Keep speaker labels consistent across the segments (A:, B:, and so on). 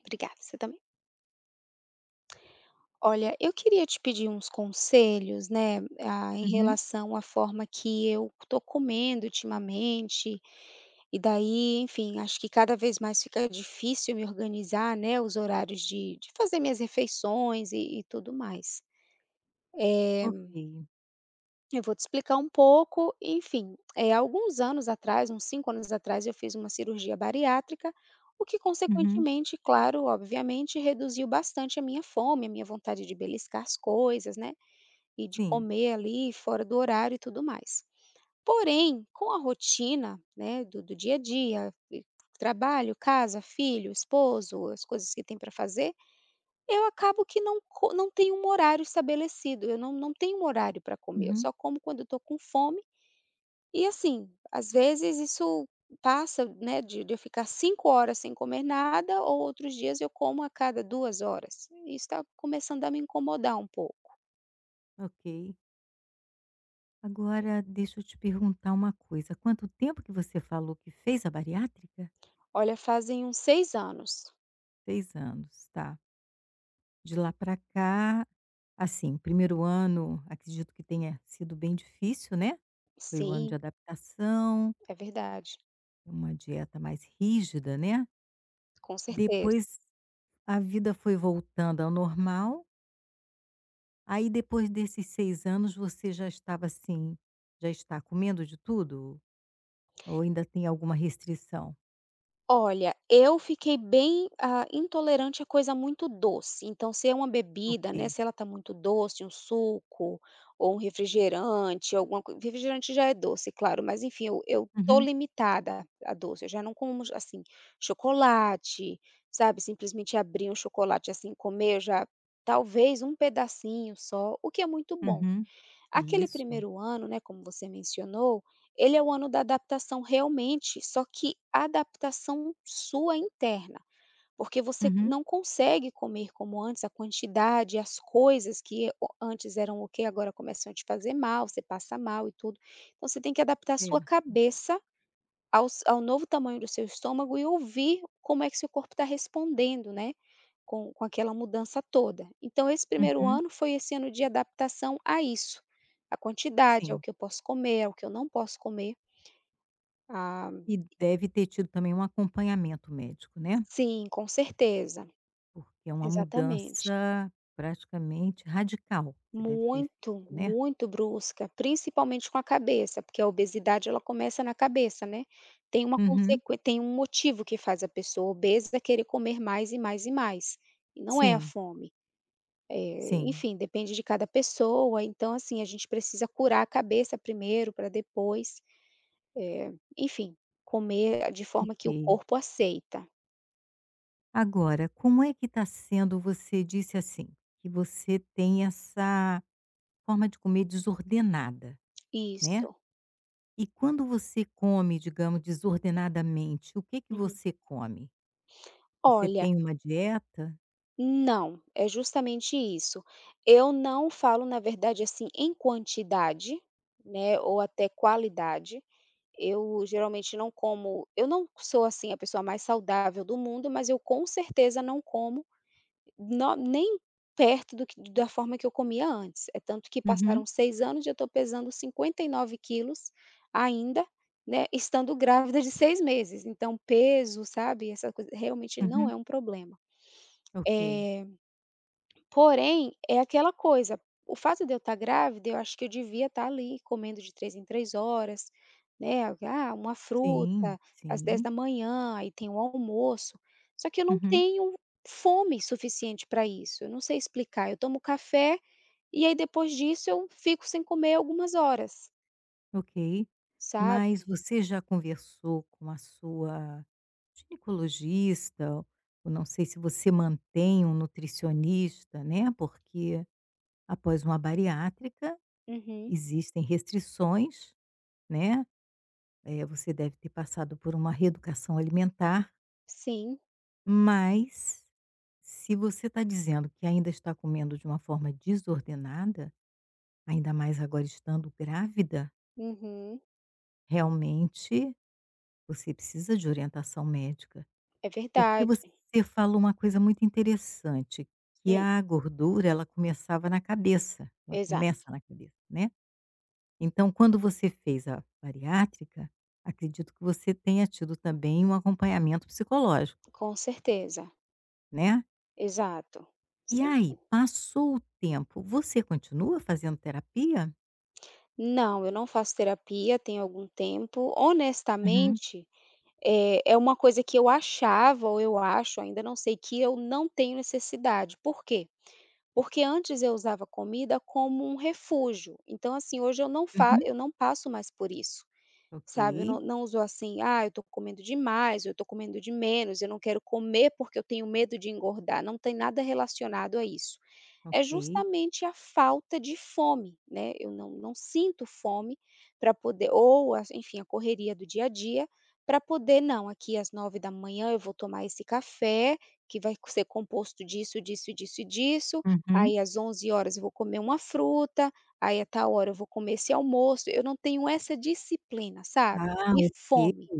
A: Obrigada, você também. Olha, eu queria te pedir uns conselhos, né, em
B: Uhum,
A: relação à forma que eu tô comendo ultimamente, e daí, enfim, acho que cada vez mais fica difícil me organizar, né, os horários de fazer minhas refeições e tudo mais. Eh
B: ok.
A: Eu vou te explicar um pouco. Enfim, é alguns anos atrás, uns 5 anos atrás, eu fiz uma cirurgia bariátrica, o que
B: Uhum,
A: consequentemente, claro, obviamente, reduziu bastante a minha fome, a minha vontade de beliscar as coisas, né, e de
B: sim.
A: comer ali fora do horário e tudo mais. Porém, com a rotina, né, do dia a dia, e trabalho, casa, filho, esposo, as coisas que tem para fazer, eu acabo que não tenho um horário estabelecido, eu não tenho um horário para comer, eu
B: Uhum,
A: só como quando eu estou com fome e assim, às vezes isso passa, né, de eu ficar 5 horas sem comer nada ou outros dias eu como a cada 2 horas. E isso está começando a me incomodar um pouco.
B: ok. Agora deixa eu te perguntar uma coisa, quanto tempo que você falou que fez a bariátrica?
A: Olha, fazem uns 6 anos.
B: Seis anos, tá. De lá pra cá, assim, primeiro ano acredito que tenha sido bem difícil, né, foi o ano de
A: Sim,
B: adaptação,
A: é verdade,
B: uma dieta mais rígida, né.
A: com certeza.
B: Depois a vida foi voltando ao normal, aí depois desses 6 anos você já estava assim já está comendo de tudo? Ou ainda tem alguma restrição?
A: Olha, eu fiquei bem, intolerante a coisa muito doce, então se é uma bebida, né,
B: Ok.
A: se ela tá muito doce, um suco ou um refrigerante, alguma coi refrigerante já é doce, claro, mas enfim, eu tô
B: Uhum,
A: limitada a doce, eu já não como, assim, chocolate, sabe, simplesmente abrir um chocolate, assim, comer eu já talvez um pedacinho só, o que é muito bom.
B: uhum.
A: Aquele
B: Isso.
A: primeiro ano, né, como você mencionou, ele é o ano da adaptação realmente, só que a adaptação sua interna, porque você
B: Uhum.
A: não consegue comer como antes, a quantidade, as coisas que o antes eram ok, agora começam a te fazer mal, você passa mal e tudo. Então você tem que adaptar a sua
B: Certo.
A: cabeça aos ao novo tamanho do seu estômago e ouvir como é que seu corpo está respondendo, né, com aquela mudança toda. Então esse primeiro
B: Uhum.
A: ano foi esse ano de adaptação a isso, a quantidade, ao
B: Sim.
A: que eu posso comer, ao que eu não posso comer. Ah,
B: E deve ter tido também um acompanhamento médico, né,
A: sim, com certeza.
B: porque é uma
A: Exatamente.
B: mudança praticamente radical que você deve ter
A: Muito,
B: feito, né?
A: muito brusca, principalmente com a cabeça, porque a obesidade ela começa na cabeça, né. Tem uma
B: Uhum.
A: consequ Tem um motivo que faz a pessoa obesa querer comer mais e mais e mais, e não é a
B: Sim,
A: fome.
B: sim.
A: Enfim, depende de cada pessoa, então assim, a gente precisa curar a cabeça primeiro para depois, eh, enfim, comer de forma
B: Ok.
A: que o corpo aceita.
B: Agora, como é que está sendo você disse, assim, que você tem essa forma de comer desordenada, né?
A: Isso.
B: E quando você come, digamos, desordenadamente, o que que
A: Uhum.
B: você come? Você
A: Olha,
B: tem uma dieta?
A: não, é justamente isso. Eu não falo, na verdade, assim, em quantidade, né, ou até qualidade. Eu geralmente não como eu não sou, assim, a pessoa mais saudável do mundo, mas eu com certeza não como No nem perto do que da forma que eu comia antes, é tanto que passaram
B: Uhum,
A: 6 anos e eu estou pesando 59 quilos ainda, né, estando grávida de 6 meses, então peso, sabe, essa coisa realmente não
B: uhum,
A: é um problema.
B: ok.
A: Eh Porém, é aquela coisa, o fato de eu estar grávida, eu acho que eu devia estar ali comendo de 3 em 3 horas, né, uma
B: Sim,
A: fruta às dez
B: sim.
A: da manhã aí tem o almoço, só que eu não
B: Uhum,
A: tenho fome suficiente para isso, eu não sei explicar, eu tomo café e aí depois disso eu fico sem comer algumas horas,
B: ok. Mas
A: sabe.
B: você já conversou com a sua ginecologista, ou não sei se você mantém um nutricionista, né? Porque após uma bariátrica
A: Uhum.
B: existem restrições, né? Você deve ter passado por uma reeducação alimentar.
A: Sim,
B: Mas, se você está dizendo que ainda está comendo de uma forma desordenada, ainda mais agora estando grávida,
A: uhum,
B: realmente você precisa de orientação médica.
A: é
B: Porque
A: verdade.
B: você falou uma coisa muito interessante, que
A: Hum,
B: a gordura ela começava na cabeça, ela
A: exato,
B: começa na cabeça, né. Então quando você fez a bariátrica, acredito que você tenha tido também um acompanhamento psicológico,
A: com certeza,
B: né?
A: exato.
B: E
A: Sim.
B: aí, passou o tempo, você continua fazendo terapia?
A: Não, eu não faço terapia tem algum tempo.
B: Uhum,
A: Honestamente, é uma coisa que eu achava ou eu acho, ainda não sei, que eu não tenho necessidade. Por quê? Porque antes eu usava comida como um refúgio. Então, assim, hoje
B: uhum.
A: eu não passo mais por isso,
B: Ok,
A: sabe. Eu não uso assim: "Ah, eu tô comendo demais, eu tô comendo de menos, eu não quero comer porque eu tenho medo de engordar". Não tem nada relacionado a isso. É
B: ok.
A: justamente a falta de fome, né, eu não sinto fome para poder ou as enfim, a correria do dia a dia, para poder: "Não, aqui às 9 da manhã eu vou tomar esse café, que vai ser composto disso, disso, disso e disso,
B: Uhum.
A: aí às 11 horas eu vou comer uma fruta, aí a tal hora eu vou comer esse almoço". Eu não tenho essa disciplina, sabe.
B: Ah,
A: E
B: ok.
A: fome.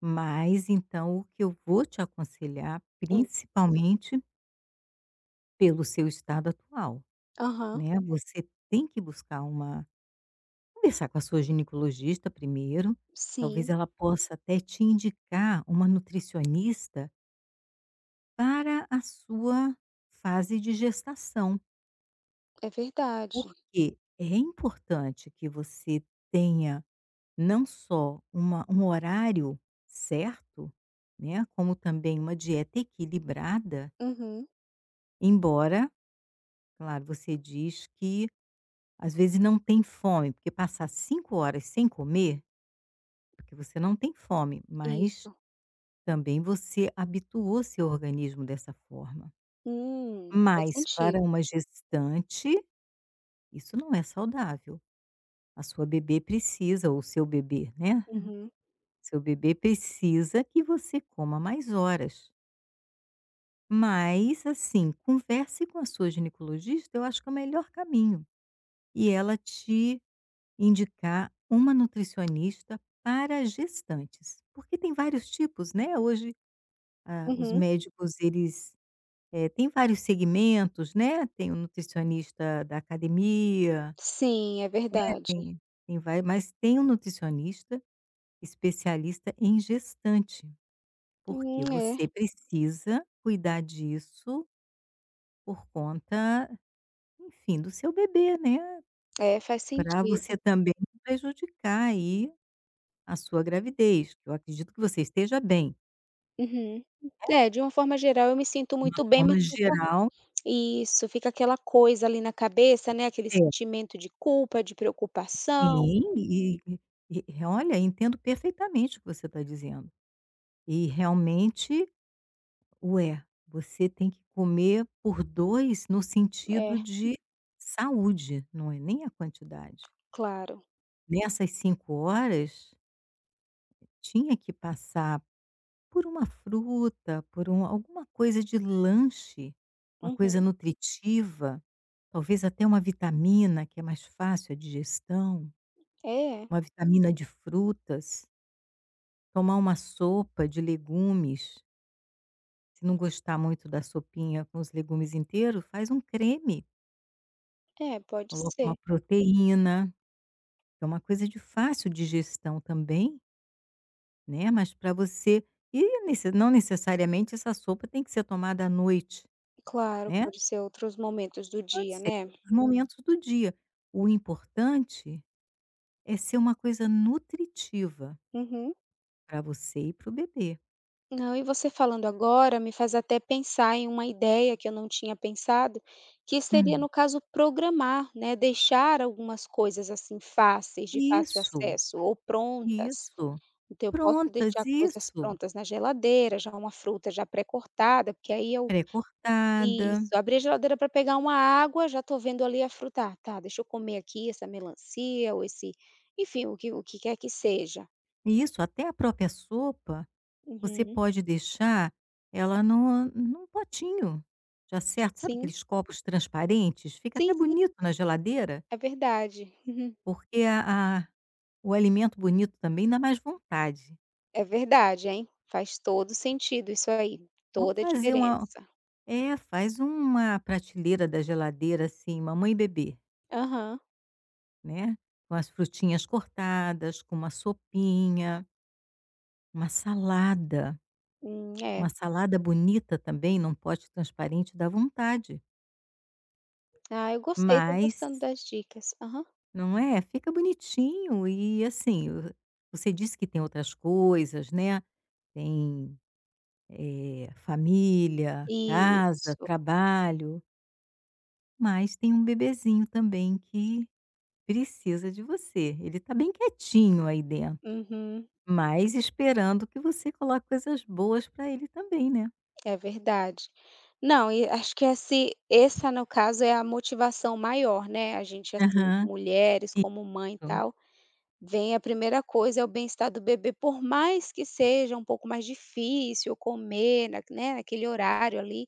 B: Mas então o que eu vou te aconselhar,
A: Hum.
B: principalmente pelo seu estado atual,
A: Aham.
B: né, você tem que buscar uma conversar com a sua ginecologista primeiro, talvez
A: Sim,
B: ela possa até te indicar uma nutricionista para a sua fase de gestação.
A: é verdade.
B: Porque é importante que você tenha não só uma um horário certo, né, como também uma dieta equilibrada,
A: Uhum.
B: embora, claro, você diz que às vezes não tem fome, porque passar 5 horas sem comer, porque você não tem fome, mas
A: Isso.
B: também você habituou seu organismo dessa forma.
A: Faz
B: Mas para
A: sentido.
B: uma gestante, isso não é saudável. A sua bebê precisa ou o seu bebê, né?
A: Uhum.
B: Seu bebê precisa que você coma mais horas. Mas, assim, converse com a sua ginecologista, eu acho que é o melhor caminho. E ela te indicar uma nutricionista para gestantes. Porque tem vários tipos, né? Hoje, ah, os
A: Uhum.
B: médicos, eles têm vários segmentos, né? Tem o nutricionista da academia,
A: Sim, é verdade.
B: tem vai, mas tem um nutricionista especialista em gestante. Porque
A: É.
B: você precisa cuidar disso por conta, enfim, do seu bebê, né,
A: É, faz
B: para você
A: sentido.
B: também não prejudicar aí a sua gravidez, eu acredito que você esteja bem,
A: Uhum. É, de uma forma geral eu me sinto
B: de uma
A: muito bem,
B: forma
A: mas fica
B: geral
A: isso, fica aquela coisa ali na cabeça, né, aquele
B: é,
A: sentimento de culpa, de preocupação.
B: sim, e olha, entendo perfeitamente o que você está dizendo. E realmente, ué, você tem que comer por 2 no
A: É,
B: sentido de saúde, não é nem a quantidade.
A: claro.
B: Nessas 5 horas tinha que passar por uma fruta, por alguma coisa de lanche, uma coisa
A: Uhum.
B: nutritiva, talvez até uma vitamina, que é mais fácil a digestão,
A: É,
B: uma vitamina de frutas, tomar uma sopa de legumes. Se não gostar muito da sopinha com os legumes inteiros, faz um creme,
A: é, pode
B: coloca uma
A: ser.
B: proteína, que é uma coisa de fácil digestão também, né, mas para você e nesse não necessariamente essa sopa tem que ser tomada à noite,
A: Claro,
B: né.
A: pode ser outros momentos do
B: Pode
A: dia,
B: ser,
A: né.
B: os momentos do dia. O importante é ser uma coisa nutritiva
A: Uhum.
B: para você e para o bebê.
A: Não, e você falando agora me faz até pensar em uma ideia que eu não tinha pensado, que seria,
B: Uhum.
A: no caso, programar, né, deixar algumas coisas, assim, fáceis, de fácil
B: Isso,
A: acesso ou prontas.
B: isso.
A: Então eu posso
B: Prontas,
A: deixar coisas
B: isso.
A: prontas na geladeira, já uma fruta já pré-cortada, porque aí eu
B: Pré-cortada,
A: isso, abri a geladeira para pegar uma água, já estou vendo ali a fruta: "Ah, tá, deixa eu comer aqui essa melancia ou esse" enfim, o que quer que seja.
B: isso. Até a própria sopa, você
A: Uhum.
B: pode deixar ela no num potinho já certo. Sabe
A: Sim.
B: aqueles copos transparentes? Fica até
A: Sim, sim,
B: bonito na geladeira,
A: é verdade.
B: porque a o alimento bonito também dá mais vontade.
A: É verdade, hein. Faz todo sentido isso aí,
B: Então
A: toda a
B: fazer uma
A: diferença.
B: é, faz uma prateleira da geladeira, assim, mamãe e bebê,
A: Aham.
B: né, com as frutinhas cortadas, com uma sopinha, uma salada,
A: É.
B: uma salada bonita também num pote transparente dá vontade,
A: Ah, eu gostei, tô
B: mas
A: gostando das dicas. Aham.
B: não é, fica bonitinho e, assim, vo você disse que tem outras coisas, né, tem, família, casa,
A: Isso.
B: trabalho, mas tem um bebezinho também que precisa de você. Ele está bem quietinho aí dentro,
A: Uhum.
B: mas esperando que você coloque coisas boas para ele também, né.
A: É verdade. Não, e acho que esse essa no caso é a motivação maior, né, a gente, assim,
B: Aham.
A: mulheres,
B: Isso,
A: como mãe e tal, vem a primeira coisa é o bem-estar do bebê, por mais que seja um pouco mais difícil comer na né, naquele horário ali,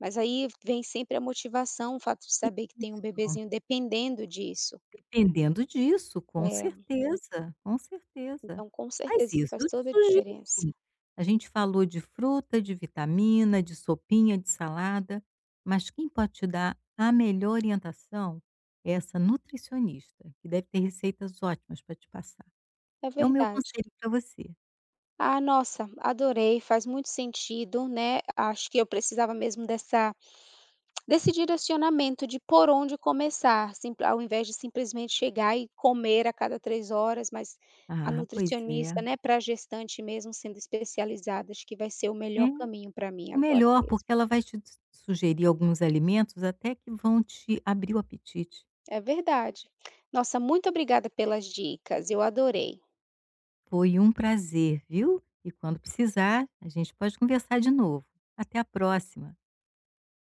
A: mas aí vem sempre a motivação, o fato de saber que tem um
B: isso.
A: bebezinho dependendo disso.
B: Dependendo disso, com
A: É,
B: certeza, com certeza.
A: então com
B: Faz
A: certeza isso
B: isso,
A: faz
B: eu te
A: toda a
B: sugiro
A: diferença.
B: sim. A gente falou de fruta, de vitamina, de sopinha, de salada, mas quem pode te dar a melhor orientação é essa nutricionista, que deve ter receitas ótimas para te passar.
A: É
B: É o meu
A: verdade.
B: conselho para você.
A: Ah, nossa, adorei, faz muito sentido, né, acho que eu precisava mesmo dessa desse direcionamento de por onde começar, simp ao invés de simplesmente chegar e comer a cada 3 horas, mas a
B: Ah, pois é.
A: nutricionista, né, pra gestante mesmo sendo especializada, acho que vai ser o melhor caminho para mim
B: É o
A: agora
B: melhor,
A: mesmo.
B: porque ela vai te s sugerir alguns alimentos até que vão te abrir o apetite.
A: É verdade. Nossa, muito obrigada pelas dicas, eu adorei.
B: Foi um prazer, viu? E quando precisar, a gente pode conversar de novo. Até a próxima.